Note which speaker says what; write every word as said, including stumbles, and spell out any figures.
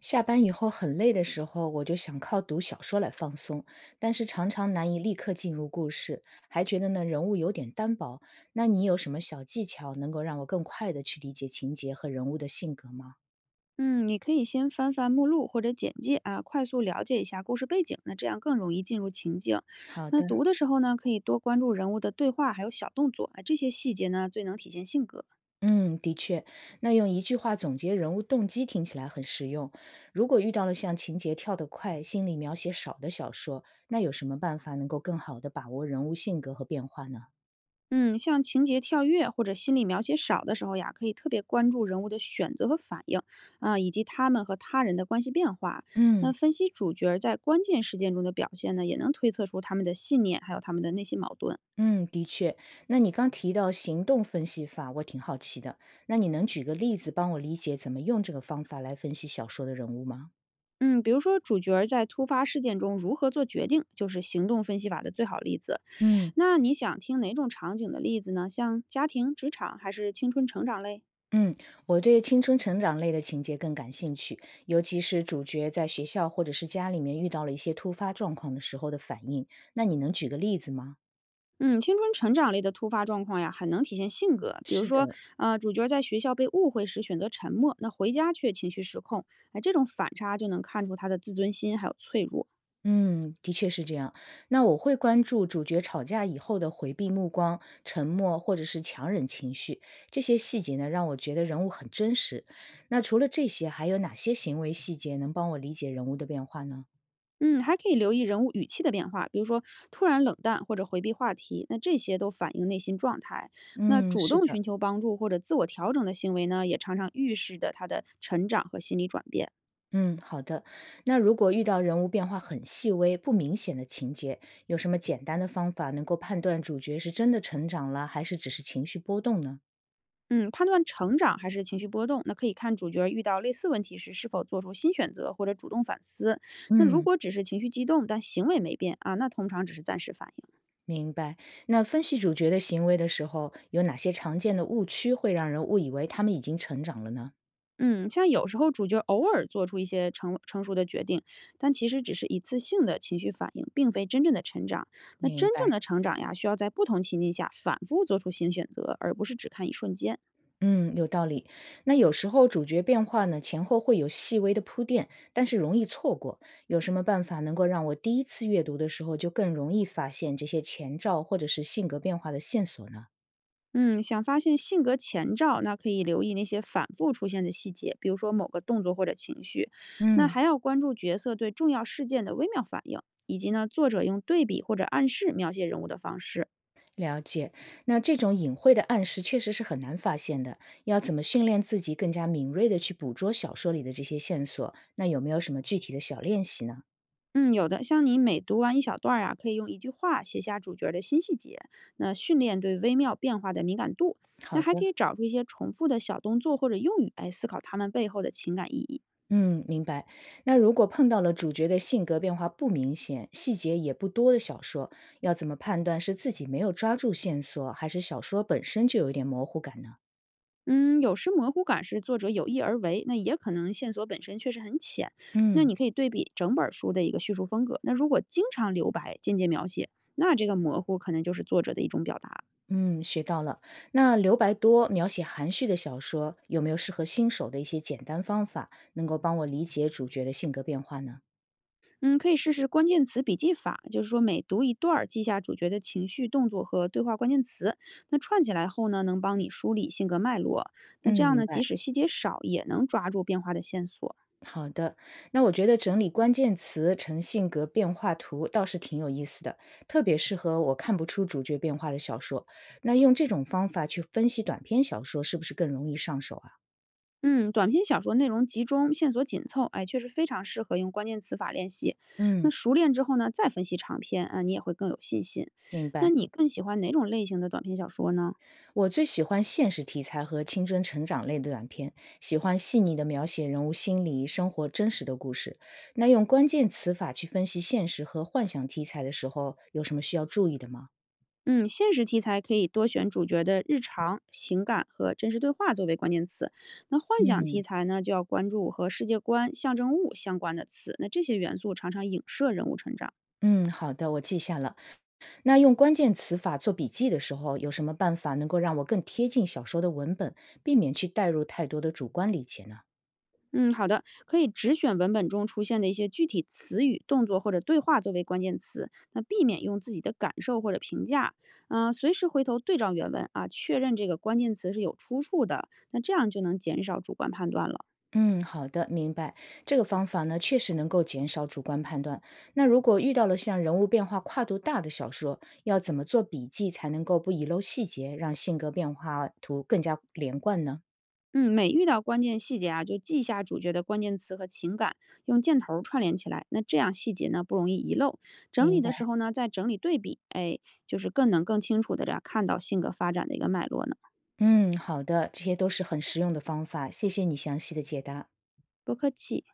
Speaker 1: 下班以后很累的时候，我就想靠读小说来放松，但是常常难以立刻进入故事，还觉得呢人物有点单薄。那你有什么小技巧能够让我更快的去理解情节和人物的性格吗？
Speaker 2: 嗯，你可以先翻翻目录或者简介啊，快速了解一下故事背景，那这样更容易进入情境。
Speaker 1: 好
Speaker 2: 那
Speaker 1: 的，
Speaker 2: 读的时候呢，可以多关注人物的对话，还有小动作啊，这些细节呢，最能体现性格。
Speaker 1: 嗯，的确，那用一句话总结人物动机听起来很实用。如果遇到了像情节跳得快、心理描写少的小说，那有什么办法能够更好的把握人物性格和变化呢？
Speaker 2: 嗯，像情节跳跃或者心理描写少的时候呀，可以特别关注人物的选择和反应啊，以及他们和他人的关系变化。那
Speaker 1: 嗯。
Speaker 2: 分析主角儿在关键事件中的表现呢，也能推测出他们的信念，还有他们的内心矛盾。
Speaker 1: 嗯，的确。那你刚提到行动分析法，我挺好奇的。那你能举个例子帮我理解怎么用这个方法来分析小说的人物吗？
Speaker 2: 嗯，比如说主角儿在突发事件中如何做决定，就是行动分析法的最好例子。
Speaker 1: 嗯，
Speaker 2: 那你想听哪种场景的例子呢？像家庭、职场还是青春成长类？
Speaker 1: 嗯，我对青春成长类的情节更感兴趣，尤其是主角在学校或者是家里面遇到了一些突发状况的时候的反应。那你能举个例子吗？
Speaker 2: 嗯，青春成长类的突发状况呀，很能体现性格。比如
Speaker 1: 是
Speaker 2: 说，
Speaker 1: 的，
Speaker 2: 呃，主角在学校被误会时选择沉默，那回家却情绪失控，哎，这种反差就能看出他的自尊心还有脆弱。
Speaker 1: 嗯，的确是这样。那我会关注主角吵架以后的回避目光、沉默或者是强忍情绪，这些细节呢，让我觉得人物很真实。那除了这些，还有哪些行为细节能帮我理解人物的变化呢？
Speaker 2: 嗯，还可以留意人物语气的变化，比如说突然冷淡或者回避话题，那这些都反映内心状态。那
Speaker 1: 嗯，
Speaker 2: 主
Speaker 1: 是
Speaker 2: 动
Speaker 1: 的。
Speaker 2: 寻求帮助或者自我调整的行为呢，也常常预示着他的成长和心理转变。
Speaker 1: 嗯，好的。那如果遇到人物变化很细微、不明显的情节，有什么简单的方法能够判断主角是真的成长了，还是只是情绪波动呢？
Speaker 2: 嗯，判断成长还是情绪波动，那可以看主角遇到类似问题时是否做出新选择或者主动反思。那如
Speaker 1: 嗯。
Speaker 2: 果只是情绪激动，但行为没变啊，那通常只是暂时反应。
Speaker 1: 明白。那分析主角的行为的时候，有哪些常见的误区会让人误以为他们已经成长了呢？
Speaker 2: 嗯，像有时候主角偶尔做出一些成成熟的决定，但其实只是一次性的情绪反应，并非真正的成长。那
Speaker 1: 明
Speaker 2: 真正
Speaker 1: 白，
Speaker 2: 的成长呀，需要在不同情境下反复做出新选择，而不是只看一瞬间。
Speaker 1: 嗯，有道理。那有时候主角变化呢，前后会有细微的铺垫，但是容易错过。有什么办法能够让我第一次阅读的时候就更容易发现这些前兆或者是性格变化的线索呢？
Speaker 2: 嗯，想发现性格前兆，那可以留意那些反复出现的细节，比如说某个动作或者情绪。那
Speaker 1: 嗯，
Speaker 2: 还要关注角色对重要事件的微妙反应，以及呢作者用对比或者暗示描写人物的方式。
Speaker 1: 了解，那这种隐晦的暗示确实是很难发现的。要怎么训练自己更加敏锐的去捕捉小说里的这些线索？那有没有什么具体的小练习呢？
Speaker 2: 嗯，有的，像你每读完一小段儿啊，可以用一句话写下主角儿的新细节，那训练对微妙变化的敏感度。那
Speaker 1: 好
Speaker 2: 还
Speaker 1: 的，
Speaker 2: 可以找出一些重复的小动作或者用语，哎，思考他们背后的情感意义。
Speaker 1: 嗯，明白。那如果碰到了主角的性格变化不明显、细节也不多的小说，要怎么判断是自己没有抓住线索，还是小说本身就有一点模糊感呢？
Speaker 2: 嗯，有时模糊感是作者有意而为，那也可能线索本身确实很浅。那
Speaker 1: 嗯。
Speaker 2: 你可以对比整本儿书的一个叙述风格，那如果经常留白、间接描写，那这个模糊可能就是作者的一种表达了。
Speaker 1: 嗯，学到了。那留白多描写含蓄的小说，有没有适合新手的一些简单方法，能够帮我理解主角的性格变化呢？
Speaker 2: 嗯，可以试试关键词笔记法，就是说每读一段儿，记下主角的情绪、动作和对话关键词。那串起来后呢，能帮你梳理性格脉络。那
Speaker 1: 嗯，
Speaker 2: 这样
Speaker 1: 明
Speaker 2: 呢，即
Speaker 1: 白。
Speaker 2: 使细节少，也能抓住变化的线索。
Speaker 1: 好的，那我觉得整理关键词成性格变化图倒是挺有意思的，特别适合我看不出主角变化的小说。那用这种方法去分析短篇小说，是不是更容易上手啊？
Speaker 2: 嗯，短篇小说内容集中，线索紧凑，哎，确实非常适合用关键词法练习。那
Speaker 1: 嗯，
Speaker 2: 熟练之后呢，再分析长篇啊，你也会更有信心。
Speaker 1: 明
Speaker 2: 那
Speaker 1: 白。
Speaker 2: 你更喜欢哪种类型的短篇小说呢？
Speaker 1: 我最喜欢现实题材和青春成长类的短片，喜欢细腻的描写人物心理、生活真实的故事。那用关键词法去分析现实和幻想题材的时候，有什么需要注意的吗？
Speaker 2: 嗯，现实题材可以多选主角的日常、情感和真实对话作为关键词。那幻想题
Speaker 1: 嗯，
Speaker 2: 材呢，就要关注和世界观、象征物相关的词。那这些元素常常影射人物成长。
Speaker 1: 嗯，好的，我记下了。那用关键词法做笔记的时候，有什么办法能够让我更贴近小说的文本，避免去带入太多的主观理解呢？
Speaker 2: 嗯，好的，可以只选文本中出现的一些具体词语、动作或者对话作为关键词，那避免用自己的感受或者评价。嗯、随时回头对照原文啊，确认这个关键词是有出处的。那这样就能减少主观判断了。
Speaker 1: 嗯，好的，明白。这个方法呢，确实能够减少主观判断。那如果遇到了像人物变化跨度大的小说，要怎么做笔记才能够不遗漏细节，让性格变化图更加连贯呢？
Speaker 2: 嗯，每遇到关键细节啊，就记下主角的关键词和情感，用箭头儿串联起来。那这样细节呢不容易遗漏。整
Speaker 1: 明
Speaker 2: 理
Speaker 1: 白。
Speaker 2: 的时候呢，再整理对比，哎，就是更能更清楚的这样看到性格发展的一个脉络呢。
Speaker 1: 嗯，好的，这些都是很实用的方法，谢谢你详细的解答。
Speaker 2: 不客气。